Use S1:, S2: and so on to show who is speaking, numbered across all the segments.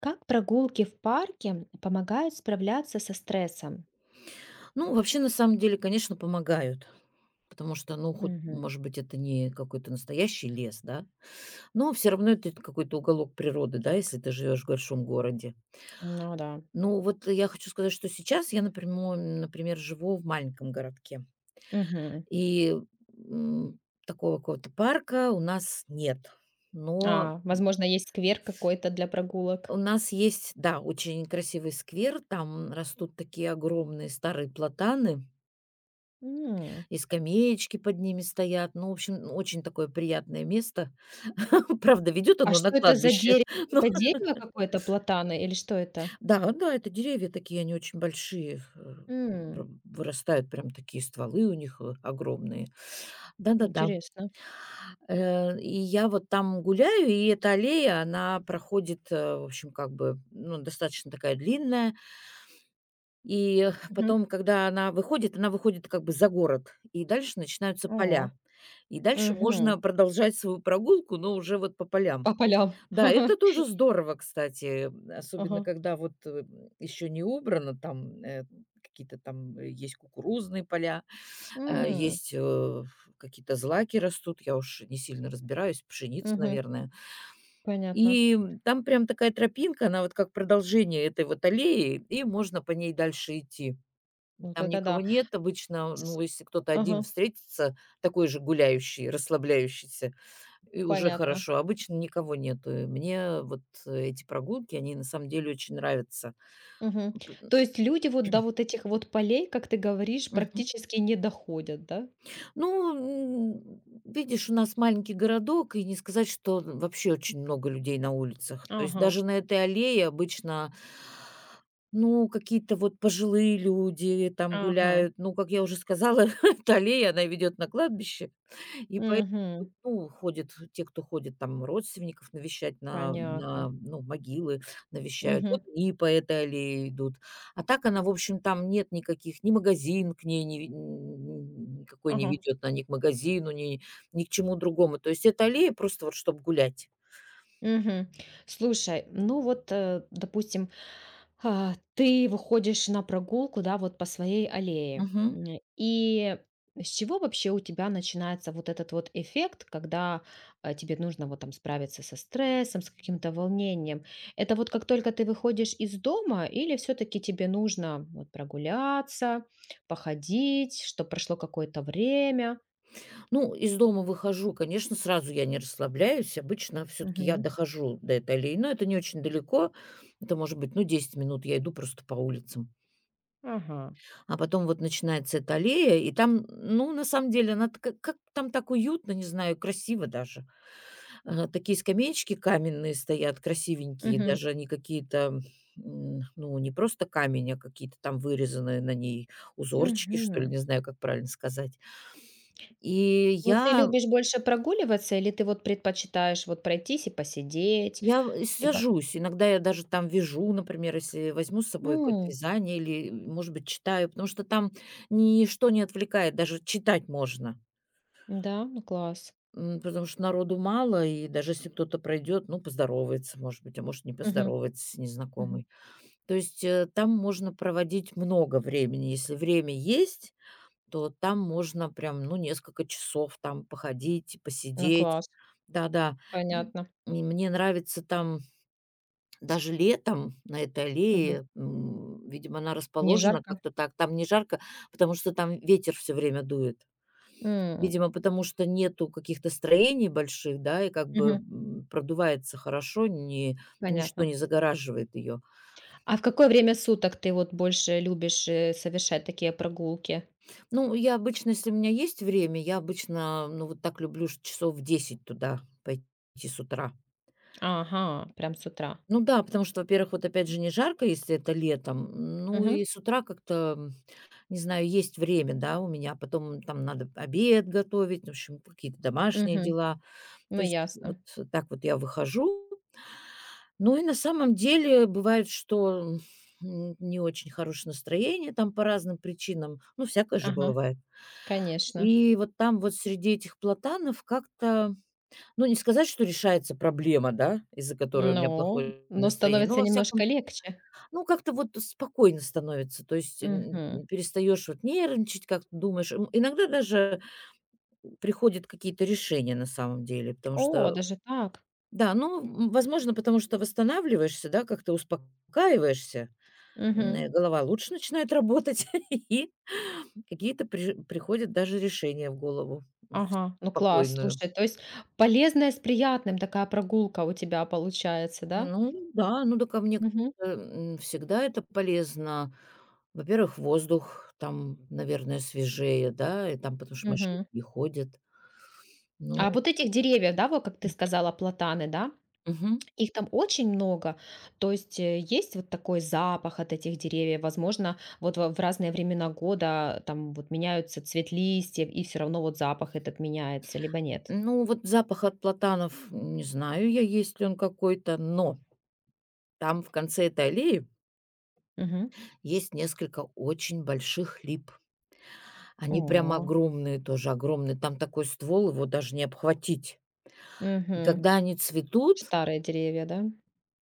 S1: Как прогулки в парке помогают справляться со стрессом?
S2: Ну, вообще, на самом деле, конечно, помогают. Потому что, ну, хоть,
S1: Мгм.
S2: может быть, это не какой-то настоящий лес, да, но все равно это какой-то уголок природы, да, если ты живешь в большом городе.
S1: Ну да.
S2: Ну, вот я хочу сказать, что сейчас я, например, живу в маленьком городке.
S1: Мгм.
S2: И м, такого какого-то парка у нас нет. Но
S1: А, возможно, есть сквер какой-то для
S2: у
S1: прогулок.
S2: нас есть, да, очень красивый сквер, там растут такие огромные старые платаны.
S1: М.
S2: И скамеечки под ними стоят. Ну, в общем, ну, очень такое приятное место. Правда, ведет
S1: А
S2: оно на
S1: что это за
S2: кладбище.
S1: дерево?
S2: Ну
S1: Это дерево какое-то, платаны или что это?
S2: да, да, это деревья такие, они очень большие,
S1: М,
S2: б вырастают прям такие стволы у них, огромные. Да-да-да.
S1: интересно.
S2: И я вот там гуляю, и эта аллея, она проходит, в общем, как бы, ну, достаточно такая длинная. И
S1: Мгм.
S2: потом, когда она выходит как бы за город, и дальше начинаются
S1: О,
S2: поля. И дальше
S1: мгм.
S2: можно продолжать свою прогулку, но уже вот по полям.
S1: По полям.
S2: Да, это тоже здорово, кстати, особенно
S1: Ага.
S2: когда вот еще не убрано, там какие-то там есть кукурузные поля, а
S1: М,
S2: есть какие-то злаки растут, я уж не сильно разбираюсь, пшеница,
S1: мгм.
S2: наверное.
S1: Понятно.
S2: И там прям такая тропинка, она вот как продолжение этой вот аллеи, и можно по ней дальше идти.
S1: Вот
S2: Там
S1: это
S2: никого
S1: да.
S2: нет обычно.
S1: С-
S2: Ну, если кто-то один
S1: Ага,
S2: встретится, такой же гуляющий, расслабляющийся, и уже
S1: понятно.
S2: хорошо. Обычно никого нету. И мне вот эти прогулки, они на самом деле очень нравятся.
S1: Мгм.
S2: П
S1: То есть люди вот до вот этих вот полей, как ты говоришь,
S2: Мгм.
S1: практически не доходят, да?
S2: Ну, видишь, у нас маленький городок, и не сказать, что вообще очень много людей на улицах. То есть
S1: Ага,
S2: даже на этой аллее обычно, ну, какие-то вот пожилые люди там
S1: ага.
S2: гуляют. Ну, как я уже сказала, эта аллея, она ведет на кладбище. И поэтому,
S1: Мгм.
S2: ну, ходят те, кто ходит там родственников навещать на,
S1: Понятно.
S2: на ну, могилы, навещают.
S1: Мгм.
S2: Вот и по этой аллее идут. А так она, в общем, там нет никаких, ни магазин к ней не ве н никакой не
S1: Ага.
S2: ведет, на них магазину, ни к чему другому. То есть это аллея просто вот чтобы гулять.
S1: Мгм. Слушай, ну вот, допустим, ты выходишь на прогулку, да, вот по своей аллее.
S2: Мгм.
S1: И с чего вообще у тебя начинается вот этот вот эффект, когда тебе нужно вот там справиться со стрессом, с каким-то волнением? Это вот как только ты выходишь из дома или все-таки тебе нужно вот прогуляться, походить, чтобы прошло какое-то время?
S2: Ну, из дома выхожу, конечно, сразу я не расслабляюсь. Обычно все таки я
S1: Мгм.
S2: дохожу до этой аллеи, но это не очень далеко. Это может быть, ну, 10 минут я иду просто по улицам.
S1: Ага.
S2: А потом вот начинается эта аллея, и там, ну, на самом деле, она так как там так уютно, не знаю, красиво даже. Такие скамеечки каменные стоят, красивенькие,
S1: Мгм.
S2: даже они какие-то, ну, не просто камень, а какие-то там вырезанные на ней узорчики, что ли,
S1: Мгм.
S2: не знаю, как правильно сказать. И
S1: Ну, ты
S2: я
S1: любишь больше прогуливаться или ты вот предпочитаешь вот пройтись и посидеть?
S2: я в
S1: Либо. По
S2: сажусь, иногда я даже там вяжу, например, если возьму с собой какое-то
S1: М,
S2: вязание или, может быть, читаю, потому что там ничто не отвлекает, даже читать можно.
S1: да, ну класс.
S2: Потому что народу мало, и даже если кто-то пройдет, ну, поздоровается, может быть, а может, не
S1: Мгм,
S2: поздоровается с
S1: мгм.
S2: незнакомой. То есть, там можно проводить много времени. Если время есть, то там можно прям, ну, несколько часов там походить,
S1: Ну
S2: посидеть.
S1: класс,
S2: Да-да. М,
S1: понятно.
S2: и мне нравится там даже летом на этой
S1: Мгм.
S2: аллее, видимо, она
S1: Не
S2: расположена
S1: жарко?
S2: как-то так. Там не жарко, потому что там ветер все время дует.
S1: М,
S2: Видимо, потому что нету каких-то строений больших, да, и как бы,
S1: мгм,
S2: продувается хорошо, не, ничто
S1: понятно.
S2: не загораживает ее.
S1: А в какое время суток ты вот больше любишь, совершать такие прогулки?
S2: Ну, я обычно, если у меня есть время, я обычно, ну, вот так люблю часов в 10 туда пойти с утра.
S1: Ага, прям с утра.
S2: Ну да, потому что, во-первых, вот опять же не жарко, если это летом. Ну и
S1: Мгм,
S2: с утра как-то, не знаю, есть время, да, у меня. Потом там надо обед готовить, в общем, какие-то домашние
S1: мгм.
S2: дела.
S1: Ну
S2: То есть
S1: ясно.
S2: вот так вот я выхожу. Ну и на самом деле бывает, что не очень хорошее настроение там по разным причинам. Ну, всякое же
S1: Ага,
S2: бывает.
S1: конечно.
S2: И вот там вот среди этих платанов как-то, ну, не сказать, что решается проблема, да, из-за которой у меня
S1: Ну,
S2: плохое
S1: но
S2: настроение, но
S1: становится
S2: во
S1: немножко
S2: всяком,
S1: легче.
S2: ну, как-то вот спокойно становится. То есть
S1: Мгм.
S2: перестаешь вот нервничать, как думаешь. Иногда даже приходят какие-то решения на самом деле, потому
S1: О,
S2: что,
S1: даже так.
S2: да, ну, возможно, потому что восстанавливаешься, да, как-то успокаиваешься,
S1: Мгм.
S2: голова лучше начинает работать, и какие-то приходят даже решения в голову в
S1: Ага, ну класс,
S2: спокойную.
S1: слушай, то есть полезная с приятным такая прогулка у тебя получается, да?
S2: Ну да, ну да, ко мне
S1: Мгм,
S2: кажется, всегда это полезно. Во-первых, воздух там, наверное, свежее, да, и там, потому что машины
S1: мгм.
S2: не ходят. Ну,
S1: А вот этих деревьев, да, вот как ты сказала, платаны, да,
S2: мгм.
S1: их там очень много. То есть есть вот такой запах от этих деревьев. Возможно, вот в разные времена года там вот меняются цвет листьев, и все равно вот запах этот меняется, либо нет.
S2: Ну, вот запах от платанов, не знаю я, есть ли он какой-то, но там в конце этой аллеи
S1: Мгм.
S2: есть несколько очень больших лип. Они прям
S1: О,
S2: огромные тоже, огромные. Там такой ствол, его даже не обхватить. И
S1: мгм.
S2: когда они цветут,
S1: Старые деревья, да?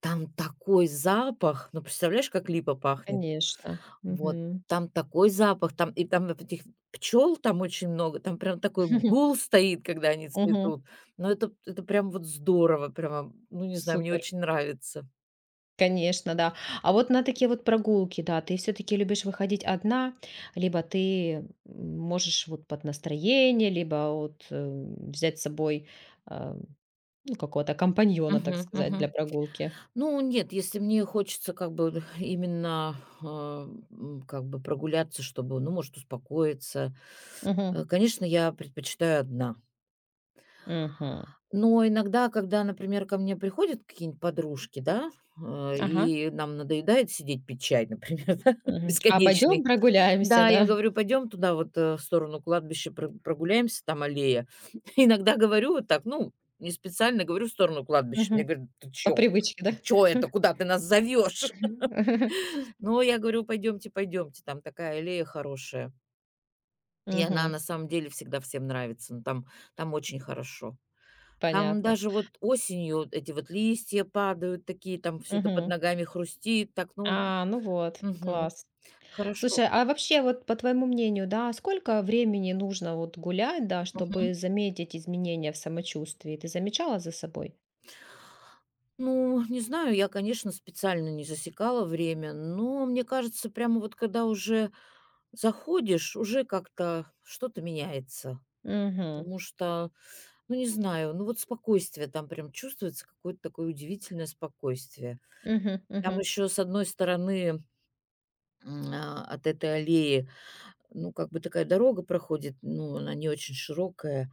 S2: там такой запах. Ну, представляешь, как липа пахнет?
S1: Конечно.
S2: Вот.
S1: Мгм.
S2: Там такой запах, там и там вот этих пчел там очень много, там прям такой гул стоит, когда они
S1: Мгм.
S2: цветут. Но это прям вот здорово, прямо, ну, не знаю, мне
S1: Супер.
S2: очень нравится.
S1: Конечно, да. А вот на такие вот прогулки, да, ты все-таки любишь выходить одна, либо ты можешь вот под настроение, либо вот взять с собой а, ну, какого-то компаньона, так
S2: Мгм,
S1: сказать, для
S2: мгм.
S1: прогулки.
S2: Ну нет, если мне хочется как бы именно, а, как бы прогуляться, чтобы, ну, может, успокоиться,
S1: Мгм.
S2: конечно, я предпочитаю одна.
S1: Мгм.
S2: Но иногда, когда, например, ко мне приходят какие-нибудь подружки, да,
S1: Ага.
S2: и нам надоедает сидеть пить чай, например, да,
S1: Мгм. А
S2: бесконечно.
S1: пойдем прогуляемся,
S2: Да, я
S1: да?
S2: говорю: "Пойдем туда вот, в сторону кладбища прогуляемся, там аллея". Иногда говорю вот так, ну, не специально говорю в сторону кладбища. Мне
S1: Мгм.
S2: говорят: "Ты
S1: По
S2: чё?
S1: привычке, да?
S2: Ты чё это? Куда ты нас зовёшь?" Но я говорю: "Пойдемте, пойдемте, там такая аллея хорошая". И она
S1: Мгм.
S2: на самом деле всегда всем нравится, ну, там очень хорошо. Там
S1: Понятно.
S2: даже вот осенью вот эти вот листья падают такие, там все это под
S1: Мгм.
S2: ногами хрустит, так, ну,
S1: А, ну вот,
S2: мгм,
S1: класс.
S2: хорошо.
S1: Слушай, а вообще вот по твоему мнению, да, сколько времени нужно вот гулять, да,
S2: Мгм.
S1: чтобы заметить изменения в самочувствии? Ты замечала за собой?
S2: Ну, не знаю, я, конечно, специально не засекала время, но мне кажется, прямо вот когда уже заходишь, уже как-то что-то меняется.
S1: Угу,
S2: Потому что, ну, не знаю, ну вот спокойствие там прям чувствуется, какое-то такое удивительное спокойствие.
S1: угу,
S2: Там
S1: угу.
S2: еще с одной стороны от этой аллеи, ну, как бы такая дорога проходит, ну, она не очень широкая,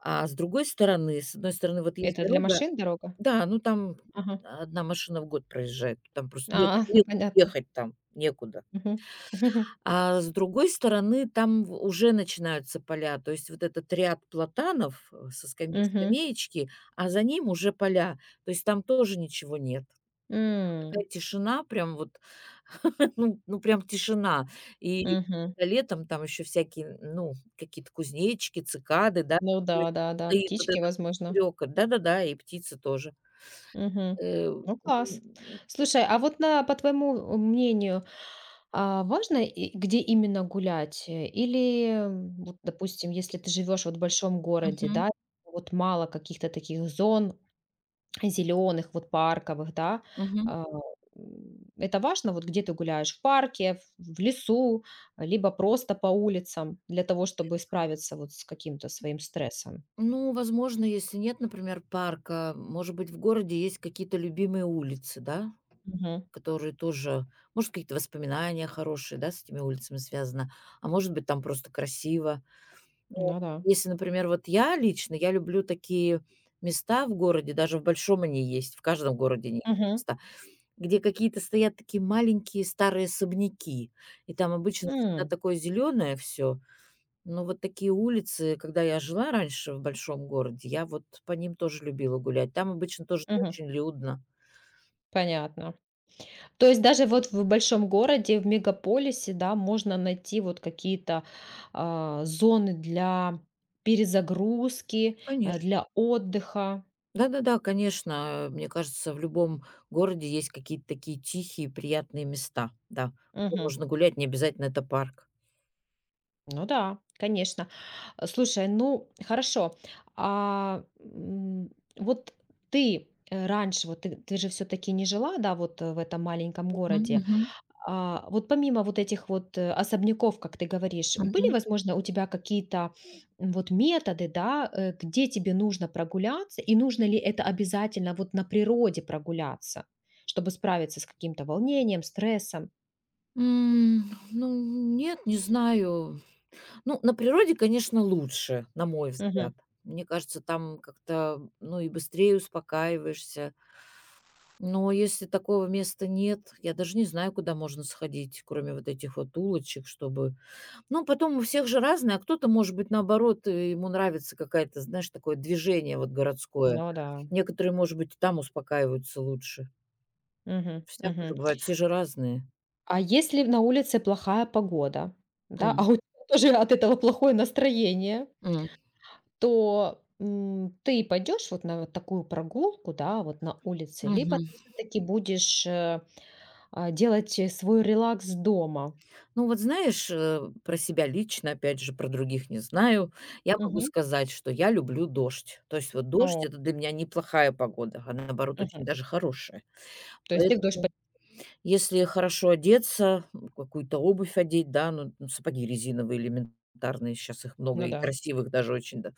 S2: а с другой стороны, с одной стороны вот есть
S1: Это для
S2: дорога.
S1: машин дорога?
S2: Да, ну там
S1: Ага.
S2: одна машина в год проезжает, там просто нет
S1: А, ну
S2: нет
S1: понятно.
S2: ехать там, некуда.
S1: Мгм.
S2: А с другой стороны, там в уже начинаются поля, то есть вот этот ряд платанов, со скамей
S1: Мгм.
S2: скамеечки, а за ним уже поля, то есть там тоже ничего нет.
S1: М.
S2: Такая тишина, прям вот, ну прям тишина. И
S1: Мгм.
S2: летом там еще всякие, ну, какие-то кузнечики, цикады, да,
S1: Ну
S2: такой
S1: да, да, да,
S2: стоит вот
S1: птички,
S2: этот вот
S1: возможно.
S2: стрекот. Да-да-да, и птицы тоже.
S1: Мгм.
S2: Э,
S1: Ну класс.
S2: м,
S1: Слушай, а вот по твоему мнению, а важно, и где именно гулять? Или, вот, допустим, если ты живешь вот в большом городе,
S2: Мгм,
S1: да, вот мало каких-то таких зон зеленых, вот парковых, да.
S2: мгм.
S1: А, это важно, вот где ты гуляешь: в парке, в лесу, либо просто по улицам для того, чтобы справиться вот с каким-то своим стрессом.
S2: Ну, возможно, если нет, например, парка, может быть, в городе есть какие-то любимые улицы, да,
S1: Мгм.
S2: которые тоже, может, какие-то воспоминания хорошие, да, с этими улицами связано, а может быть, там просто красиво. Но
S1: Ну да.
S2: если, например, вот я лично, я люблю такие места в городе, даже в большом они есть, в каждом городе они есть
S1: Мгм.
S2: места, где какие-то стоят такие маленькие старые особняки, и там обычно всегда
S1: М.
S2: такое зеленое все. Но вот такие улицы, когда я жила раньше в большом городе, я вот по ним тоже любила гулять. Там обычно тоже не
S1: Мгм.
S2: очень людно.
S1: Понятно. То есть даже вот в большом городе, в мегаполисе, да, можно найти вот какие-то зоны для перезагрузки,
S2: Конечно.
S1: для отдыха.
S2: Да-да-да, конечно. Мне кажется, в любом городе есть какие-то такие тихие, приятные места, да, где
S1: Мгм.
S2: можно гулять, не обязательно это парк.
S1: Ну да, конечно. Слушай, ну хорошо. А, вот ты раньше, вот ты же все-таки не жила, да, вот в этом маленьком городе.
S2: Мгм,
S1: А, вот помимо вот этих вот, особняков, как ты говоришь, были,
S2: мгм.
S1: возможно, у тебя какие-то, вот методы, да, где тебе нужно прогуляться, и нужно ли это обязательно вот на природе прогуляться, чтобы справиться с каким-то волнением, стрессом?
S2: М, Ну, нет, не знаю. Ну, на природе, конечно, лучше, на мой взгляд.
S1: Мгм.
S2: Мне кажется, там как-то, ну, и быстрее успокаиваешься. Но если такого места нет, я даже не знаю, куда можно сходить, кроме вот этих вот улочек, чтобы. Ну, потом у всех же разное, а кто-то, может быть, наоборот, ему нравится какая-то, знаешь, такое движение вот городское.
S1: Ну да.
S2: Некоторые, может быть, и там успокаиваются лучше.
S1: Мгм,
S2: Всякое же
S1: мгм.
S2: бывает, все же разные.
S1: А если на улице плохая погода, да, а
S2: М,
S1: у тебя тоже от этого плохое настроение?
S2: м,
S1: То, ты пойдешь вот на вот такую прогулку, да, вот на улице, либо
S2: мгм.
S1: ты всё-таки будешь, делать, свой релакс дома.
S2: Ну, вот знаешь, про себя лично, опять же, про других не знаю, я могу
S1: Мгм.
S2: сказать, что я люблю дождь. То есть вот дождь-
S1: О,
S2: это для меня неплохая погода, а наоборот
S1: мгм.
S2: очень даже хорошая.
S1: То есть ты в дождь
S2: Поэтому,
S1: пой
S2: если хорошо одеться, какую-то обувь одеть, да, ну, ну, сапоги резиновые элементарные, сейчас их много
S1: ну
S2: и
S1: да.
S2: красивых даже очень, да,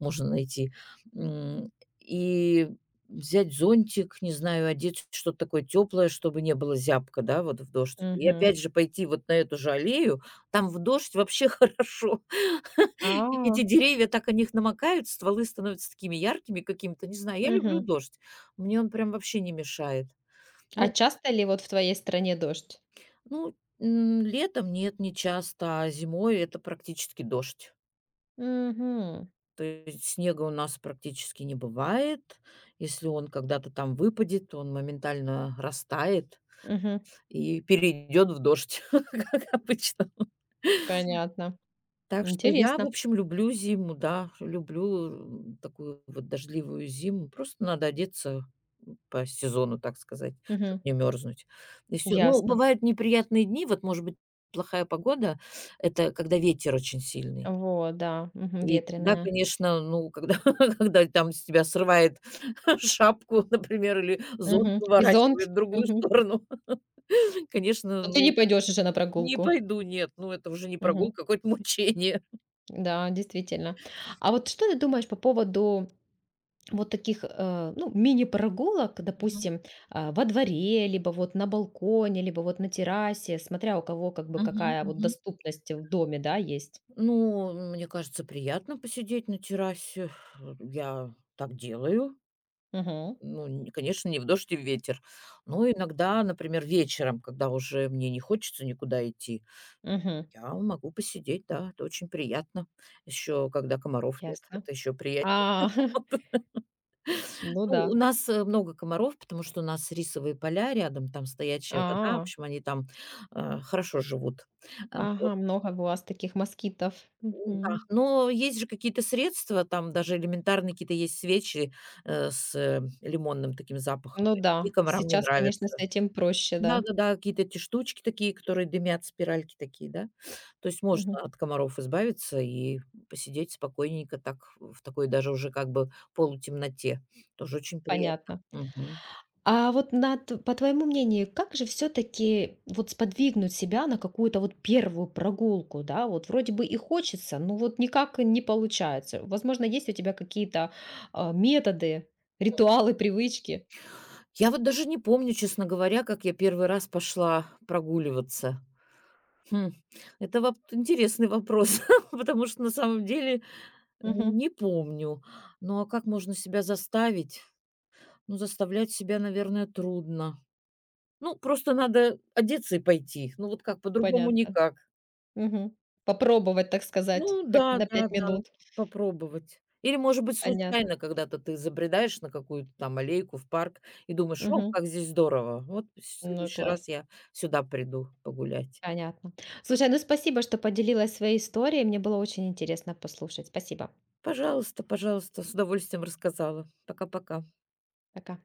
S2: можно найти. М, и взять зонтик, не знаю, одеть что-то такое теплое, чтобы не было зябко, да, вот в дождь. И
S1: Мгм.
S2: опять же пойти вот на эту же аллею, там в дождь вообще хорошо. Эти
S1: А,
S2: деревья так о них намокают, стволы становятся такими яркими какими-то, не знаю, я люблю
S1: мгм.
S2: дождь, мне он прям вообще не мешает.
S1: А
S2: Ну,
S1: часто ли вот в твоей стране дождь?
S2: ну, летом нет, не часто, а зимой это практически дождь.
S1: Мгм.
S2: То есть снега у нас практически не бывает. Если он когда-то там выпадет, он моментально растает
S1: Мгм.
S2: и перейдет в дождь, как обычно.
S1: Понятно.
S2: Так что я, в
S1: Интересно.
S2: общем, люблю зиму, да, люблю, такую вот дождливую зиму. Просто надо одеться, по сезону, так сказать, чтобы
S1: Мгм.
S2: не мерзнуть. И все. Ну,
S1: Ясно.
S2: бывают неприятные дни, вот, может быть, плохая погода- это когда ветер очень сильный.
S1: Вот, да. Мгм.
S2: И тогда,
S1: Ветреная.
S2: конечно, ну, когда когда там с тебя срывает шапку, например, или зонт
S1: Мгм. И зонт?
S2: выворачивает в другую
S1: Мгм.
S2: сторону, конечно,
S1: То ты не
S2: ну,
S1: пойдешь уже на
S2: не
S1: прогулку.
S2: пойду, нет, ну, это уже не
S1: Мгм.
S2: прогулка, а какое-то мучение.
S1: Да, действительно. А вот что ты думаешь по поводу вот таких, ну, мини-прогулок,
S2: Мгм.
S1: допустим, во дворе, либо вот на балконе, либо вот на террасе, смотря у кого как бы
S2: Мгм.
S1: какая вот
S2: Мгм.
S1: доступность в доме, да, есть?
S2: Ну, мне кажется, приятно посидеть на террасе. Я так делаю.
S1: Угу.
S2: Ну, конечно, не в дождь и в ветер. Но иногда, например, вечером, когда уже мне не хочется никуда идти,
S1: Угу.
S2: я могу посидеть, да, это очень приятно. Еще когда комаров нет,
S1: Ясно.
S2: это еще
S1: А,
S2: приятнее.
S1: ну
S2: Ну,
S1: да.
S2: у нас много комаров, потому что у нас рисовые поля рядом, там стоячая вода, в
S1: А,
S2: общем, они там хорошо живут. А, вот.
S1: ага, много у вас таких москитов.
S2: Да,
S1: Мгм.
S2: но есть же какие-то средства, там даже элементарные какие-то есть свечи, с, лимонным таким запахом,
S1: Ну
S2: и
S1: да,
S2: комарам не
S1: сейчас,
S2: нравится.
S1: конечно, с этим проще, да.
S2: Да-да-да, какие-то эти штучки такие, которые дымят, спиральки такие, да. То есть можно
S1: Мгм.
S2: от комаров избавиться и посидеть спокойненько так, в такой даже уже как бы полутемноте. Тоже очень приятно.
S1: Понятно.
S2: Мгм.
S1: А вот на т по твоему мнению, как же все таки вот сподвигнуть себя на какую-то вот первую прогулку, да? Вот вроде бы и хочется, но вот никак не получается. Возможно, есть у тебя какие-то, методы, ритуалы, привычки?
S2: Я вот даже не помню, честно говоря, как я первый раз пошла прогуливаться. Хм, это воп интересный вопрос, потому что на самом деле.
S1: Мгм.
S2: Не помню. Ну, а как можно себя заставить? Ну, заставлять себя, наверное, трудно. Ну, просто надо одеться и пойти. Ну, вот как, по-другому
S1: Понятно.
S2: никак.
S1: Мгм. Попробовать, так сказать,
S2: Ну
S1: хоть
S2: да,
S1: на
S2: да,
S1: 5
S2: да,
S1: минут.
S2: попробовать. Или, может быть,
S1: Понятно.
S2: случайно когда-то ты забредаешь на какую-то там аллейку в парк и думаешь: "О,
S1: Мгм.
S2: как здесь здорово! Вот в
S1: Ну,
S2: следующий раз
S1: класс.
S2: я сюда приду погулять".
S1: Понятно. Слушай, ну спасибо, что поделилась своей историей. Мне было очень интересно послушать. Спасибо.
S2: Пожалуйста, пожалуйста, с удовольствием рассказала. Пока-пока.
S1: Пока.